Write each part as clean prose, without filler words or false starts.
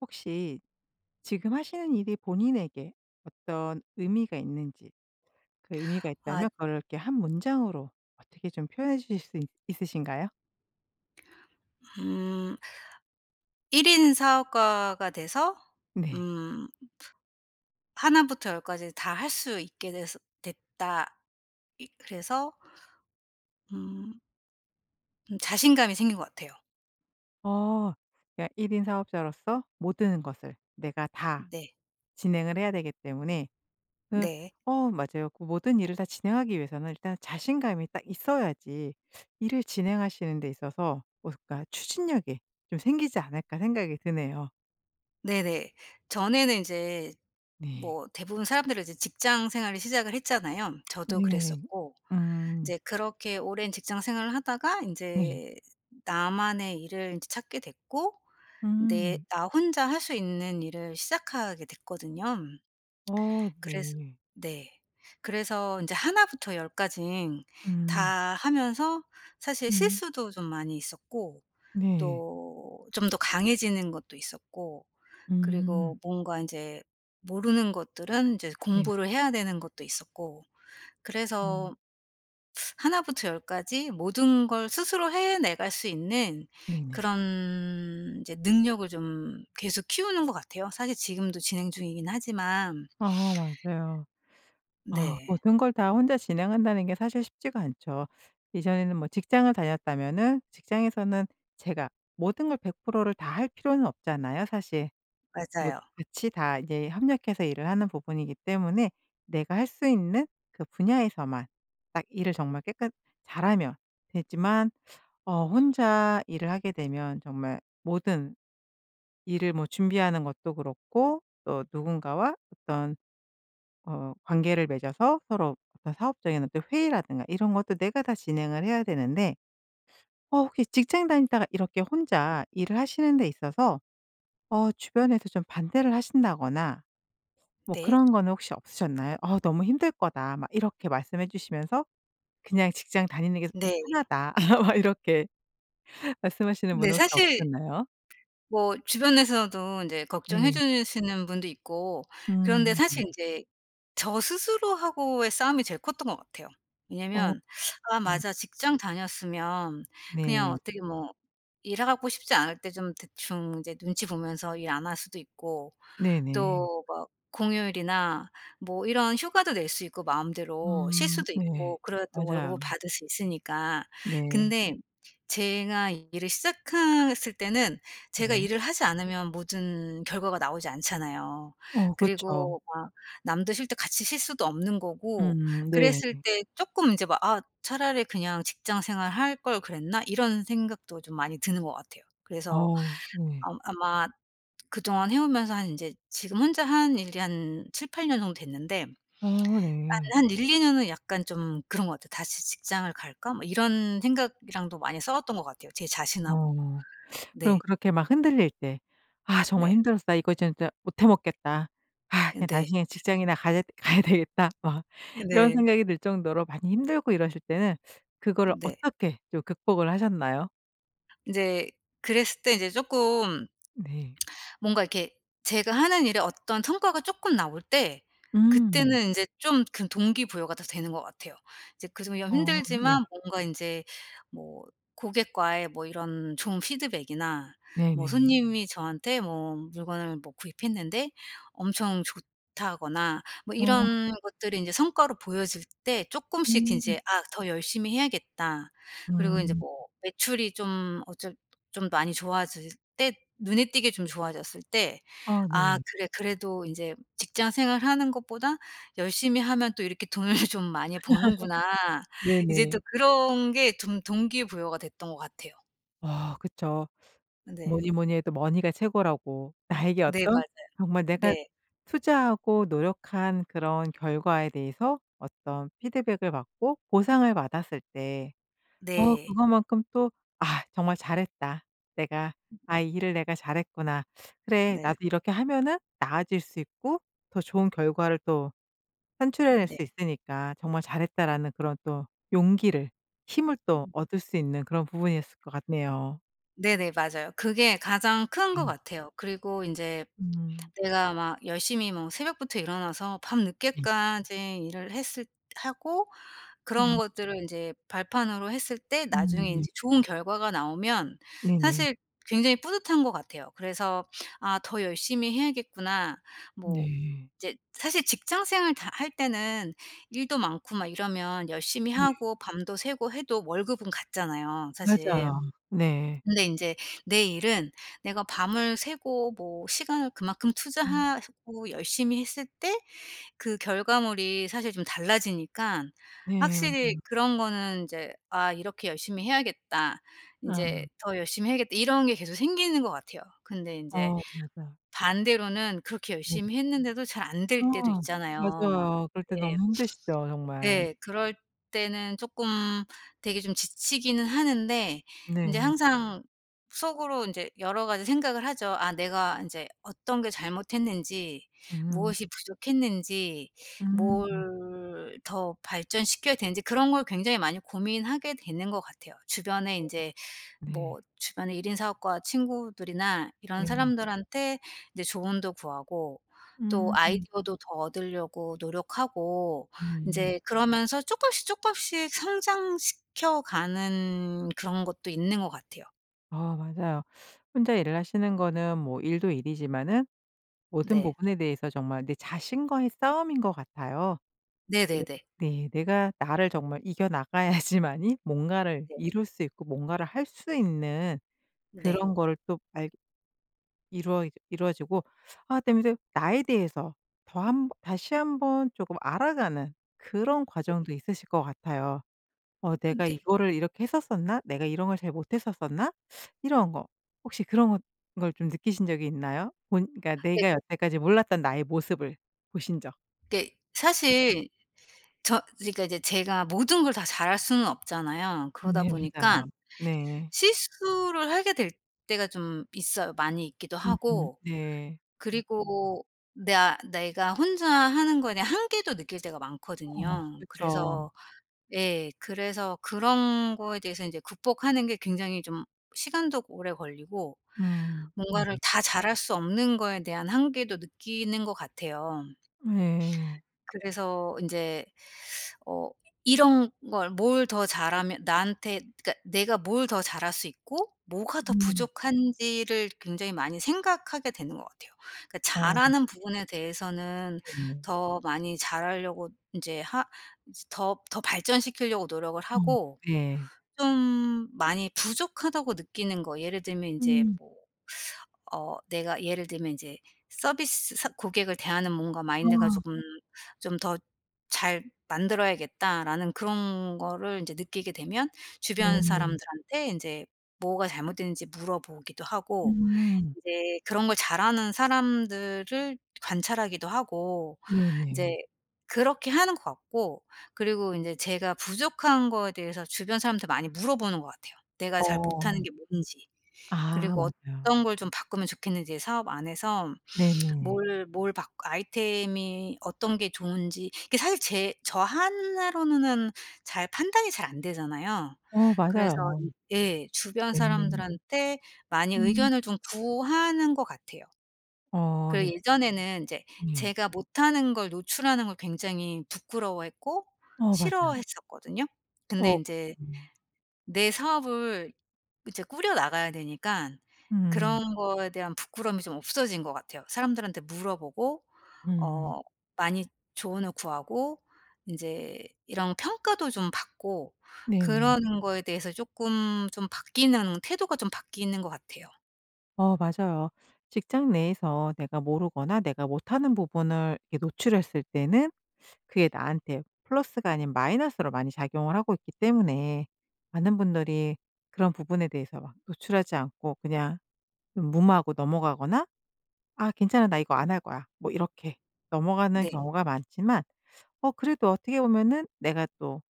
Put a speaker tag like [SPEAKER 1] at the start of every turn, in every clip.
[SPEAKER 1] 혹시 지금 하시는 일이 본인에게 어떤 의미가 있는지 그 의미가 있다면
[SPEAKER 2] 아
[SPEAKER 1] 그거 이렇게 한 문장으로 어떻게 좀 표현해 주실 수 있 있으신가요?
[SPEAKER 2] 음 1 인 사업가가 돼서
[SPEAKER 1] 네.
[SPEAKER 2] 음나 부터 열 까지 다 할 수 있게 돼서 됐다. 이 그래서 음 좀 자신감이 생긴 것 같아요.
[SPEAKER 1] 어 그러니까 1 인 사업자로서 모든 것을 내가 다
[SPEAKER 2] 네.
[SPEAKER 1] 진행을 해야 되기 때문에 그
[SPEAKER 2] 네.
[SPEAKER 1] 어 맞아요. 그 모든 일을 다 진행하기 위해서는 일단 자신감이 딱 있어야지 일을 진행하시는 데 있어서 뭐그까 '추진력이 좀 생기지 않을까.' 생각이 드네요.
[SPEAKER 2] 네네. 전에는 이제
[SPEAKER 1] 네.
[SPEAKER 2] 뭐 대부분 사람들은 이제 직장 생활을 시작을 했잖아요. 저도
[SPEAKER 1] 네네.
[SPEAKER 2] 그랬었고 이
[SPEAKER 1] 음.
[SPEAKER 2] 제 그렇게 오랜 직장 생활을 하다가 이
[SPEAKER 1] 네.
[SPEAKER 2] 제 나만의 일을 제 찾게 됐고 내
[SPEAKER 1] 음.
[SPEAKER 2] 나 혼자 할 수 있는 일을 시작하게 됐거든요.
[SPEAKER 1] 어
[SPEAKER 2] 그래서
[SPEAKER 1] 네.
[SPEAKER 2] 네. 그래서 인제 나 부터 열 까진 다
[SPEAKER 1] 음.
[SPEAKER 2] 하면서, 사실
[SPEAKER 1] 음.
[SPEAKER 2] 실수도 좀 많이 있었고
[SPEAKER 1] 네.
[SPEAKER 2] 또 좀 더 강해지는 것도 있었고,
[SPEAKER 1] 음.
[SPEAKER 2] 그리고 뭔가 인제 모르는 것들은 인제
[SPEAKER 1] 네
[SPEAKER 2] 공부를 해야 되는 것도 있었고.
[SPEAKER 1] 음.
[SPEAKER 2] 그래서 하나 부터 열 까지 모든 걸 스스로 해내갈 수 있는
[SPEAKER 1] 네네.
[SPEAKER 2] 그런 인제 능력을 좀 계속 키우는 것 같아요. 사실 지금도 진행 중이긴 하지만.
[SPEAKER 1] 아 맞아요. 아
[SPEAKER 2] 네.
[SPEAKER 1] 모든 걸 다 혼자 진행한다는 게 사실 쉽지가 않죠. 이전에는 뭐 직장을 다녔다면은 직장에서는 제가 모든 걸 100%를 다 할 필요는 없잖아요 사실. 뭐
[SPEAKER 2] 맞아요.
[SPEAKER 1] 같이 다 이제 협력해서 일을 하는 부분이기 때문에 내가 할 수 있는 그 분야에서만 딱 일을 정말 깨끗 잘하면 되지만 어 혼자 일을 하게 되면 정말 모든 일을 뭐 준비하는 것도 그렇고 또 누군가와 어떤 어 관계를 맺어서 서로 어떤 사업적인 어떤 회의라든가 이런 것도 내가 다 진행을 해야 되는데 어 혹시 직장 다니다가 이렇게 혼자 일을 하시는 데 있어서 어 주변에서 좀 반대를 하신다거나 뭐
[SPEAKER 2] 네.
[SPEAKER 1] 그런 거는 혹시 없으셨나요? "어 너무 힘들 거다." 막 이렇게 말씀해 주시면서 "그냥 직장 다니는 게 좀
[SPEAKER 2] 네.
[SPEAKER 1] 편하다." 막 이렇게 말씀하시는
[SPEAKER 2] 네.
[SPEAKER 1] 분은 혹시
[SPEAKER 2] 사실
[SPEAKER 1] 없으셨나요?
[SPEAKER 2] 뭐 주변에서도 인제 걱정해
[SPEAKER 1] 네.
[SPEAKER 2] 주시는 분도 있고, 그런데
[SPEAKER 1] 네.
[SPEAKER 2] 사실 인제 저 스스로하고의 싸움이 제일 컸던 것 같아요.
[SPEAKER 1] 어
[SPEAKER 2] 왜냐면 '아
[SPEAKER 1] 그
[SPEAKER 2] 맞아. 직장 다녔으면 그냥
[SPEAKER 1] 네.
[SPEAKER 2] 어떻게 뭐 일하고 싶지 않을 때 좀 대충 이제 눈치 보면서 일 안 할 수도 있고,
[SPEAKER 1] 네네.
[SPEAKER 2] 또 막 공휴일이나 뭐 이런 휴가도 낼 수 있고, 마음대로 쉴 수도
[SPEAKER 1] 네.
[SPEAKER 2] 있고, 그래야 또 월급을
[SPEAKER 1] 맞아요.
[SPEAKER 2] 받을 수 있으니까.
[SPEAKER 1] 네.
[SPEAKER 2] 근데 제가 일을 시작했을 때는 제가
[SPEAKER 1] 네.
[SPEAKER 2] 일을 하지 않으면 모든 결과가 나오지 않잖아요.
[SPEAKER 1] 어 그렇죠.
[SPEAKER 2] 그리고 막 남도 쉴 때 같이 쉴 수도 없는 거고.
[SPEAKER 1] 네.
[SPEAKER 2] 그랬을 때 쪼끔 인제 막 '아 차라리 그냥 직장 생활 할 걸 그랬나?' 이런 생각도 좀 많이 드는 것 같아요. 그래서
[SPEAKER 1] 어 네.
[SPEAKER 2] 아마 그동안 해 오면서, 한 이제 지금 혼자 한 일이 한 7-8년 정도 됐는데,
[SPEAKER 1] 어
[SPEAKER 2] 한
[SPEAKER 1] 네.
[SPEAKER 2] 한 1-2 년은 약간 좀 그런 것 같아요. '다시 직장을 갈까?' 뭐 이런 생각이랑도 많이 싸웠던 것 같아요, 제 자신하고.
[SPEAKER 1] 어. 그럼
[SPEAKER 2] 네.
[SPEAKER 1] 그렇게 막 흔들릴 때 '아 정말
[SPEAKER 2] 네.
[SPEAKER 1] 힘들었다. 이거 진짜 못해 먹겠다. 아 그냥 다시
[SPEAKER 2] 네.
[SPEAKER 1] 그냥 직장이나 가야 되겠다.' 막 이런
[SPEAKER 2] 네.
[SPEAKER 1] 생각이 들 정도로 많이 힘들고 이러실 때는 그거를
[SPEAKER 2] 네.
[SPEAKER 1] 어떻게 좀 극복을 하셨나요?
[SPEAKER 2] 인제 그랬을 때 이제 쪼끔
[SPEAKER 1] 네.
[SPEAKER 2] 뭔가 이렇게 제가 하는 일에 어떤 성과가 조금 나올 때,
[SPEAKER 1] 음.
[SPEAKER 2] 그때는 인제 좀 그 동기부여가 더 되는 것 같아요. 이제 그중에
[SPEAKER 1] 어 네.
[SPEAKER 2] 힘들지만 뭔가 인제 뭐 고객과의 뭐 이런 좋은 피드백이나, 뭐
[SPEAKER 1] 네네.
[SPEAKER 2] 손님이 저한테 뭐 물건을 뭐 구입했는데 엄청 좋다거나, 뭐
[SPEAKER 1] 어.
[SPEAKER 2] 이런 것들이 인제 성과로 보여질 때 쪼끔씩
[SPEAKER 1] 음.
[SPEAKER 2] 인제 '아 더 열심히 해야겠다.' 그리고 인제
[SPEAKER 1] 음.
[SPEAKER 2] 뭐 매출이 좀 어쩔 좀 많이 좋아질 때, 눈에 띄게 좀 좋아졌을 때,
[SPEAKER 1] 아
[SPEAKER 2] '아
[SPEAKER 1] 네.
[SPEAKER 2] 그래 그래도 이제 직장 생활하는 것보다 열심히 하면 또 이렇게 돈을 좀 많이 버는구나.' 이제
[SPEAKER 1] 네네.
[SPEAKER 2] 또 그런 게 좀 동기 부여가 됐던 것 같아요.
[SPEAKER 1] 아 그쵸.
[SPEAKER 2] 네.
[SPEAKER 1] 뭐니 뭐니 해도 머니가 최고라고 나에게
[SPEAKER 2] 네
[SPEAKER 1] 어떤
[SPEAKER 2] 맞아요.
[SPEAKER 1] 정말 내가
[SPEAKER 2] 네.
[SPEAKER 1] 투자하고 노력한 그런 결과에 대해서 어떤 피드백을 받고 보상을 받았을 때 어
[SPEAKER 2] 네.
[SPEAKER 1] 그거만큼 또 '아 정말 잘했다. 내가 아 이 일을 내가 잘했구나. 그래 나도
[SPEAKER 2] 네.
[SPEAKER 1] 이렇게 하면은 나아질 수 있고 더 좋은 결과를 또 산출해낼
[SPEAKER 2] 네.
[SPEAKER 1] 수 있으니까 정말 잘했다.'라는 그런 또 용기를 힘을 또 얻을 수 있는 그런 부분이었을 것 같네요.
[SPEAKER 2] 네네 맞아요. 그게 가장 큰 것
[SPEAKER 1] 네.
[SPEAKER 2] 같아요. 그리고 이제
[SPEAKER 1] 음.
[SPEAKER 2] 내가 막 열심히 뭐 새벽부터 일어나서
[SPEAKER 1] 네.
[SPEAKER 2] 밤늦게까지 일을 했을 하고, 그런
[SPEAKER 1] 네.
[SPEAKER 2] 것들을 인제 발판으로 했을 때
[SPEAKER 1] 음.
[SPEAKER 2] 나중에
[SPEAKER 1] 네.
[SPEAKER 2] 인제 좋은 결과가 나오면
[SPEAKER 1] 네네.
[SPEAKER 2] 사실 굉장히 뿌듯한 것 같아요. 그래서 '아 더 열심히 해야겠구나.' 뭐
[SPEAKER 1] 네.
[SPEAKER 2] 이제 사실 직장 생활 다 할 때는 일도 많고 막 이러면 열심히
[SPEAKER 1] 네.
[SPEAKER 2] 하고 밤도 새고 해도 월급은 같잖아요 사실.
[SPEAKER 1] 맞아요. 네.
[SPEAKER 2] 근데 인제 내 일은 내가 밤을 새고 뭐 시간을 그만큼
[SPEAKER 1] 음.
[SPEAKER 2] 투자하고 열심히 했을 때 그 결과물이 사실 좀 달라지니까,
[SPEAKER 1] 네
[SPEAKER 2] 확실히
[SPEAKER 1] 맞아요.
[SPEAKER 2] 그런 거는 이제 '아 이렇게 열심히 해야겠다. 인제
[SPEAKER 1] 아.
[SPEAKER 2] 더 열심히 해야겠다.' 이런 게 계속 생기는 것 같아요. 근데 인제
[SPEAKER 1] 어 맞아요.
[SPEAKER 2] 반대로는 그렇게
[SPEAKER 1] 네.
[SPEAKER 2] 열심히 했는데도 잘 안
[SPEAKER 1] 아
[SPEAKER 2] 될 때도 있잖아요. 막.
[SPEAKER 1] 맞아요. 그럴 때
[SPEAKER 2] 예.
[SPEAKER 1] 너무 힘드시죠 정말.
[SPEAKER 2] 예. 그럴 때는 쪼끔 되게 좀 지치기는 하는데, 인제
[SPEAKER 1] 네.
[SPEAKER 2] 항상 속으로 인제 여러 가지 생각을 하죠. '아 내가 인제 어떤 게 잘못했는지,
[SPEAKER 1] 음.
[SPEAKER 2] 무엇이 부족했는지,
[SPEAKER 1] 음.
[SPEAKER 2] 뭘 더 발전시켜야 되는지.' 그런 걸 굉장히 많이 고민하게 되는 것 같아요. 주변에 인제
[SPEAKER 1] 네.
[SPEAKER 2] 뭐 주변에 1인 사업과 친구들이나 이런
[SPEAKER 1] 네네.
[SPEAKER 2] 사람들한테 이제 조언도 구하고, 또
[SPEAKER 1] 음.
[SPEAKER 2] 아이디어도 더 얻으려고 노력하고,
[SPEAKER 1] 음.
[SPEAKER 2] 인제 그러면서 쪼끔씩 쪼끔씩 성장시켜 가는 그런 것도 있는 것 같아요.
[SPEAKER 1] 아 맞아요. 혼자 일을 하시는 거는 뭐 일도 일이지만은 모든
[SPEAKER 2] 네.
[SPEAKER 1] 부분에 대해서 정말 내 자신과의 싸움인 것 같아요. 네.
[SPEAKER 2] 네네네.
[SPEAKER 1] 네. 내가 나를 정말 이겨 나가야지만이 뭔가를
[SPEAKER 2] 네.
[SPEAKER 1] 이룰 수 있고 뭔가를 할 수 있는
[SPEAKER 2] 네.
[SPEAKER 1] 그런 거를 또알 이루어 이 루어지고 아 때문에 나에 대해서 더 한 다시 한번 조금 알아가는 그런 과정도 있으실 것 같아요. '어 내가
[SPEAKER 2] 네.
[SPEAKER 1] 이거를 이렇게 했었었나? 내가 이런 걸 잘 못했었었나?' 이런 거. 혹시 그런 것 걸 좀 느끼신 적이 있나요? 본 그러니까
[SPEAKER 2] 네.
[SPEAKER 1] 내가 여태까지 몰랐던 나의 모습을 보신 적.
[SPEAKER 2] 그게 사실 그러니까 이제 제가 모든 걸 다 잘할 수는 없잖아요. 그러다
[SPEAKER 1] 네
[SPEAKER 2] 보니까
[SPEAKER 1] 맞아요. 네.
[SPEAKER 2] 실수를 하게 될 때가 좀 있어요. 많이 있기도
[SPEAKER 1] 음음.
[SPEAKER 2] 하고,
[SPEAKER 1] 네.
[SPEAKER 2] 그리고 나 내가 혼자 하는 거에 대한 한계도 느낄 때가
[SPEAKER 1] 어.
[SPEAKER 2] 많거든요.
[SPEAKER 1] 그쵸.
[SPEAKER 2] 그래서. 예. 그래서 그런 거에 대해서 이제 극복하는 게 굉장히 좀 시간도 오래 걸리고,
[SPEAKER 1] 음. 네.
[SPEAKER 2] 뭔가를 다 잘할 수 없는 거에 대한 한계도 느끼는 것 같아요.
[SPEAKER 1] 네.
[SPEAKER 2] 그래서 이제 어 이런 걸 뭘 더 잘하면 나한테, 그러니까 내가 뭘 더 잘할 수 있고 뭐가 더
[SPEAKER 1] 음.
[SPEAKER 2] 부족한지를 굉장히 많이 생각하게 되는 것 같아요. 그러니까
[SPEAKER 1] 어
[SPEAKER 2] 잘하는 부분에 대해서는
[SPEAKER 1] 네네.
[SPEAKER 2] 더 많이 잘하려고 제하 이제 더 발전시키려고 노력을
[SPEAKER 1] 어.
[SPEAKER 2] 하고,
[SPEAKER 1] 네.
[SPEAKER 2] 좀 많이 부족하다고 느끼는 거. 예를 들면 인제
[SPEAKER 1] 음.
[SPEAKER 2] 뭐 내가 예를 들면 인제 서비스 사 고객을 대하는 뭔가
[SPEAKER 1] 아
[SPEAKER 2] 마인드가 조금 좀 더 '잘 만들어야겠다.'라는 그런 거를 인제 느끼게 되면,
[SPEAKER 1] 네.
[SPEAKER 2] 주변
[SPEAKER 1] 네.
[SPEAKER 2] 사람들한테 인제 뭐가 잘못됐는지 물어보기도 하고,
[SPEAKER 1] 음.
[SPEAKER 2] 제 그런 걸 잘하는 사람들을 관찰하기도 하고, 이제
[SPEAKER 1] 네네.
[SPEAKER 2] 그렇게 하는 것 같고. 그리고 인제 제가 부족한 거에 대해서 주변 사람한테 많이 물어보는 것 같아요. 내가 잘
[SPEAKER 1] 어.
[SPEAKER 2] 못하는 게 뭔지.
[SPEAKER 1] 아
[SPEAKER 2] 그리고
[SPEAKER 1] 맞아요.
[SPEAKER 2] 어떤 걸 좀 바꾸면 좋겠는지 사업 안에서,
[SPEAKER 1] 네네.
[SPEAKER 2] 뭘 뭘 바 아이템이 어떤 게 좋은지, 이게 사실 제 저 하나로는 잘 판단이 잘 안 되잖아요.
[SPEAKER 1] 어
[SPEAKER 2] 그래서
[SPEAKER 1] 맞아요.
[SPEAKER 2] 예 주변
[SPEAKER 1] 네.
[SPEAKER 2] 사람들한테 많이
[SPEAKER 1] 음.
[SPEAKER 2] 의견을 좀 구하는 것 같아요.
[SPEAKER 1] 어
[SPEAKER 2] 그
[SPEAKER 1] 네.
[SPEAKER 2] 예전에는 이제
[SPEAKER 1] 네.
[SPEAKER 2] 제가 못하는 걸 노출하는 걸 굉장히 부끄러워했고
[SPEAKER 1] 어 맞아요.
[SPEAKER 2] 싫어했었거든요. 근데
[SPEAKER 1] 어
[SPEAKER 2] 이제
[SPEAKER 1] 그렇죠.
[SPEAKER 2] 내 사업을 이제 꾸려 나가야 되니까
[SPEAKER 1] 음.
[SPEAKER 2] 그런 거에 대한 부끄러움이 좀 없어진 것 같아요. 사람들한테 물어보고
[SPEAKER 1] 음.
[SPEAKER 2] 어 많이 조언을 구하고, 인제 이런 평가도 좀 받고,
[SPEAKER 1] 네네.
[SPEAKER 2] 그러는 거에 대해서 쪼끔 좀 바뀌는, 태도가 좀 바뀌는 것 같아요.
[SPEAKER 1] 어 맞아요. 직장 내에서 내가 모르거나 내가 못하는 부분을 이렇게 노출했을 때는 그게 나한테 플러스가 아닌 마이너스로 많이 작용을 하고 있기 때문에 많은 분들이 그런 부분에 대해서 막 노출하지 않고 그냥 좀 무마하고 넘어가거나 '아 괜찮아. 나 이거 안 할 거야.' 뭐 이렇게 넘어가는
[SPEAKER 2] 네.
[SPEAKER 1] 경우가 많지만 어 그래도 어떻게 보면은 내가 또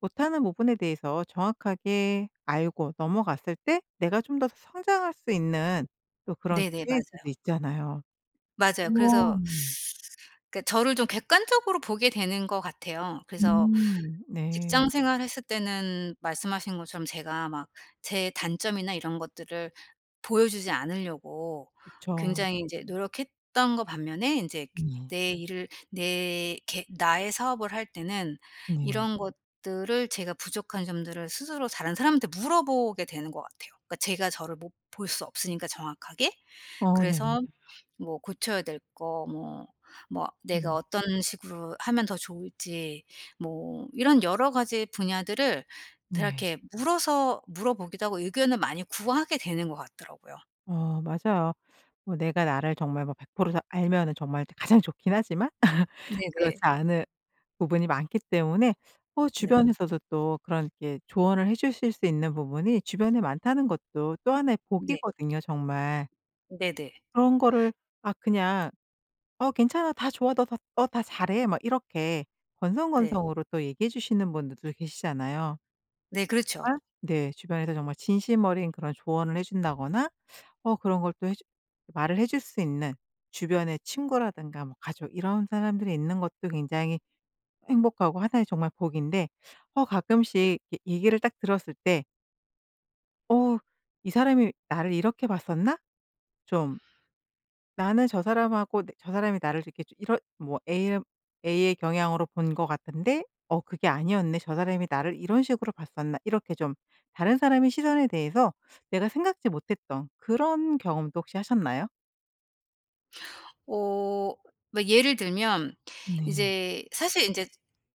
[SPEAKER 1] 못하는 부분에 대해서 정확하게 알고 넘어갔을 때 내가 좀 더 성장할 수 있는 또 그런
[SPEAKER 2] 네네.
[SPEAKER 1] 기회일 수도
[SPEAKER 2] 맞아요.
[SPEAKER 1] 있잖아요. 어
[SPEAKER 2] 맞아요. 그래서
[SPEAKER 1] 네.
[SPEAKER 2] 그러니까 저를 좀 객관적으로 보게 되는 것 같아요. 그래서
[SPEAKER 1] 음. 네.
[SPEAKER 2] 직장 생활했을 때는 말씀하신 것처럼 제가 막 제 단점이나 이런 것들을 보여주지 않으려고
[SPEAKER 1] 그쵸.
[SPEAKER 2] 굉장히 인제 노력했던 거 반면에, 인제
[SPEAKER 1] 네.
[SPEAKER 2] 내 일을 내 개 나의 사업을 할 때는
[SPEAKER 1] 네.
[SPEAKER 2] 이런 것들을, 제가 부족한 점들을 스스로 다른 사람한테 물어보게 되는 것 같아요. 그러니까 제가 저를 못 볼 수 없으니까 정확하게.
[SPEAKER 1] 어 네 맞아요.
[SPEAKER 2] 그래서 뭐 고쳐야 될 거, 뭐 내가
[SPEAKER 1] 음
[SPEAKER 2] 어떤 식으로 하면 더 좋을지, 뭐 이런 여러 가지 분야들을 다
[SPEAKER 1] 네.
[SPEAKER 2] 이렇게 물어서 물어보기도 하고 의견을 많이 구하게 되는 것 같더라고요.
[SPEAKER 1] 어 맞아요. 뭐 내가 나를 정말 뭐 100%다 알면은 정말 가장 좋긴 하지만 그렇지
[SPEAKER 2] 네네.
[SPEAKER 1] 않은 부분이 많기 때문에 어
[SPEAKER 2] 네.
[SPEAKER 1] 주변에서도 또 그런 이렇게 조언을 해 주실 수 있는 부분이 주변에 많다는 것도 또 하나의
[SPEAKER 2] 네.
[SPEAKER 1] 복이거든요 정말.
[SPEAKER 2] 네네.
[SPEAKER 1] 그런 거를 아 그냥 "어 괜찮아. 다 좋아. 너 다 잘해." 막 이렇게
[SPEAKER 2] 네.
[SPEAKER 1] 건성건성으로 또 얘기해 주시는 분들도 계시잖아요.
[SPEAKER 2] 네 그렇죠.
[SPEAKER 1] 정말 네 주변에서 정말 진심 어린 그런 조언을 해 준다거나 어 그런 걸 또 해주 말을 해줄 수 있는 주변의 친구라든가 뭐 가족 이런 사람들이 있는 것도 굉장히 행복하고 하나의 정말 복인데 어 가끔씩 이 얘기를 딱 들었을 때 '어 이 사람이 나를 이렇게 봤었나?' 좀 나는 저 사람하고 내 저 사람이 나를 이렇게 좀 이런 뭐 A의 경향으로 본 것 같은데 '어 그게 아니었네. 저 사람이 나를 이런 식으로 봤었나.' 이렇게 좀 다른 사람의 시선에 대해서 내가 생각지 못했던 그런 경험도 혹시 하셨나요?
[SPEAKER 2] 어 뭐 예를 들면
[SPEAKER 1] 네.
[SPEAKER 2] 이제 사실 이제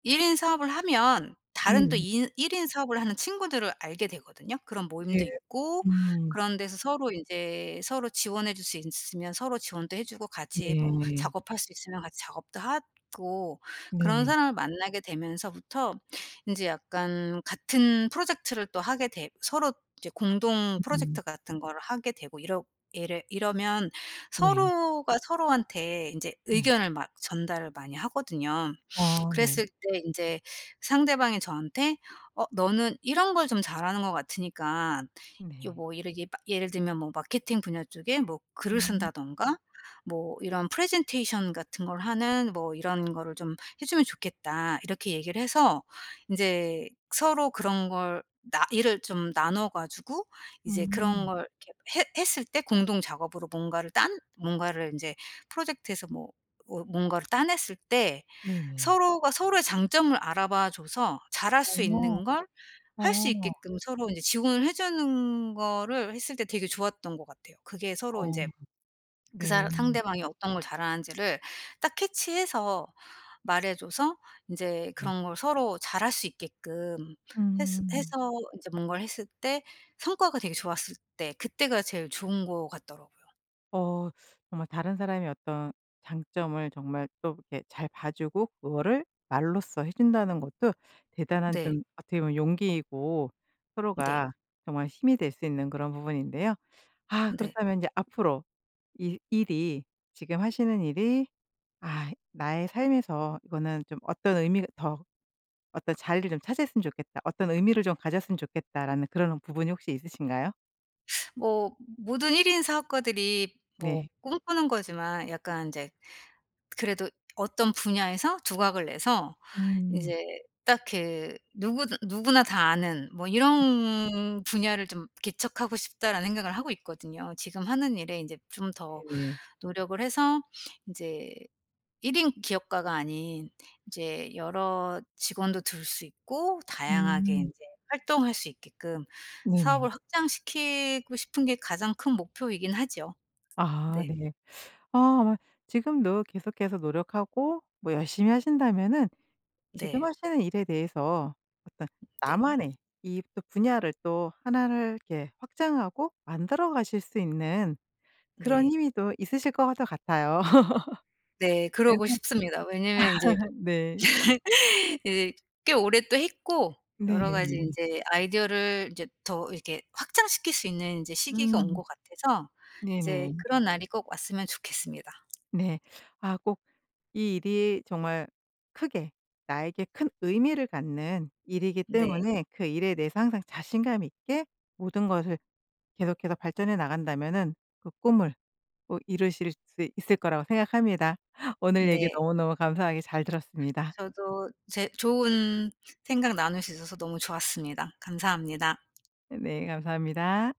[SPEAKER 2] 1 인 사업을 하면 다른 또
[SPEAKER 1] 네네.
[SPEAKER 2] 일인1 인 사업을 하는 친구들을 알게 되거든요. 그런
[SPEAKER 1] 네.
[SPEAKER 2] 모임도 있고
[SPEAKER 1] 음.
[SPEAKER 2] 그런 데서 서로 이제 서로 지원해 줄 수 있으면 서로 지원도 해 주고, 같이 뭐
[SPEAKER 1] 네.
[SPEAKER 2] 작업할 수 있으면 같이 작업도 하고. 그런
[SPEAKER 1] 네네.
[SPEAKER 2] 사람을 만나게 되면서부터 인제 약간 같은 프로젝트를 또 하게 되 서로 이제 공동
[SPEAKER 1] 음.
[SPEAKER 2] 프로젝트 같은 거를 하게 되고, 이러면
[SPEAKER 1] 네.
[SPEAKER 2] 서로가 서로한테 인제
[SPEAKER 1] 네.
[SPEAKER 2] 의견을 막 전달을 많이 하거든요.
[SPEAKER 1] 어 네.
[SPEAKER 2] 그랬을 때 인제 상대방이 저한테 "어 너는 이런 걸 좀 잘하는 것 같으니까" 요
[SPEAKER 1] 네.
[SPEAKER 2] 뭐, 예를 들면 뭐 마케팅 분야 쪽에 뭐 글을
[SPEAKER 1] 음.
[SPEAKER 2] 쓴다든가, 뭐 이런 프레젠테이션 같은 걸 하는 뭐, "이런 거를 좀 해 주면 좋겠다." 이렇게 얘기를 해서, 인제 서로 그런 걸 나 일을 좀 나눠 가지고 이제 그런
[SPEAKER 1] 음.
[SPEAKER 2] 걸 이렇게 했 했을 때, 공동 작업으로 뭔가를 인제 프로젝트에서 뭐 뭔가를 따냈을 때,
[SPEAKER 1] 네네.
[SPEAKER 2] 서로가 서로의 장점을 알아봐 줘서 잘할 수
[SPEAKER 1] 어.
[SPEAKER 2] 있는 걸 할 수
[SPEAKER 1] 어.
[SPEAKER 2] 있게끔 서로 인제 지원을 해 주는 거를 했을 때 되게 좋았던 것 같아요. 그게 서로
[SPEAKER 1] 어.
[SPEAKER 2] 인제 그
[SPEAKER 1] 네.
[SPEAKER 2] 사람 상대방이 어떤 걸 잘하는지를 딱 캐치해서 말해 줘서 인제
[SPEAKER 1] 네.
[SPEAKER 2] 그런 걸 서로 잘할 수 있게끔 했으
[SPEAKER 1] 음.
[SPEAKER 2] 해서 인제 뭔가를 했을 때 성과가 되게 좋았을 때, 그때가 제일 좋은 것 같더라고요.
[SPEAKER 1] 어 정말 다른 사람의 어떤 장점을 정말 또 이렇게 잘 봐 주고 그거를 말로써 해 준다는 것도 대단한 네.
[SPEAKER 2] 네.
[SPEAKER 1] 좀 어떻게 보면 용기이고 네.
[SPEAKER 2] 네.
[SPEAKER 1] 서로가 정말 힘이 될 수 있는 그런 부분인데요. 아
[SPEAKER 2] 네.
[SPEAKER 1] 그렇다면 이제 앞으로 이 일이 지금 하시는 일이 아 나의 삶에서 이거는 좀 어떤 의미가 더 어떤 자리를 좀 차지했으면 좋겠다. 어떤 의미를 좀 가졌으면 좋겠다라는 그런 부분이 혹시 있으신가요?
[SPEAKER 2] 뭐 모든 1인 사업가들이
[SPEAKER 1] 네.
[SPEAKER 2] 뭐 꿈꾸는 거지만 약간 인제, 그래도 어떤 분야에서 두각을 내서
[SPEAKER 1] 음.
[SPEAKER 2] 인제 딱 그 누구나 다 아는 뭐 이런 분야를 좀 개척하고 싶다라는 생각을 하고 있거든요. 지금 하는 일에 인제 좀 더
[SPEAKER 1] 네네.
[SPEAKER 2] 노력을 해서, 인제 1인 기업가가 아닌 이제 여러 직원도 둘 수 있고, 다양하게
[SPEAKER 1] 음.
[SPEAKER 2] 인제 활동할 수 있게끔
[SPEAKER 1] 네네.
[SPEAKER 2] 사업을 확장시키고 싶은 게 가장 큰 목표이긴 하죠.
[SPEAKER 1] 아
[SPEAKER 2] 네.
[SPEAKER 1] 네. 아 아마 지금도 계속해서 노력하고 뭐 열심히 하신다면은 지금
[SPEAKER 2] 네.
[SPEAKER 1] 하시는 일에 대해서
[SPEAKER 2] 네.
[SPEAKER 1] 나만의 이 또 분야를 또 하나를 이렇게 확장하고 만들어 가실 수 있는 그런
[SPEAKER 2] 네.
[SPEAKER 1] 힘이 또 있으실 것 같아요.
[SPEAKER 2] 네. 그러고 싶습니다. 왜냐면 인제 예
[SPEAKER 1] 그래서 네.
[SPEAKER 2] 꽤 오래 또 했고,
[SPEAKER 1] 네.
[SPEAKER 2] 여러 가지 인제 아이디어를 인제 더 이렇게 확장시킬 수 있는 인제 시기가 온
[SPEAKER 1] 음.
[SPEAKER 2] 것 같아서, 이제
[SPEAKER 1] 네네.
[SPEAKER 2] 그런 날이 꼭 왔으면 좋겠습니다.
[SPEAKER 1] 네. 아 꼭 이 일이 정말 크게 나에게 큰 의미를 갖는 일이기
[SPEAKER 2] 네.
[SPEAKER 1] 때문에 그 일에 대해서 항상 자신감 있게 모든 것을 계속해서 발전해 나간다면은 그 꿈을 꼭 이루실 수 있을 거라고 생각합니다. 오늘 얘기
[SPEAKER 2] 네.
[SPEAKER 1] 너무너무 감사하게 잘 들었습니다.
[SPEAKER 2] 저도 제 좋은 생각 나눌 수 있어서 너무 좋았습니다. 감사합니다.
[SPEAKER 1] 네 감사합니다.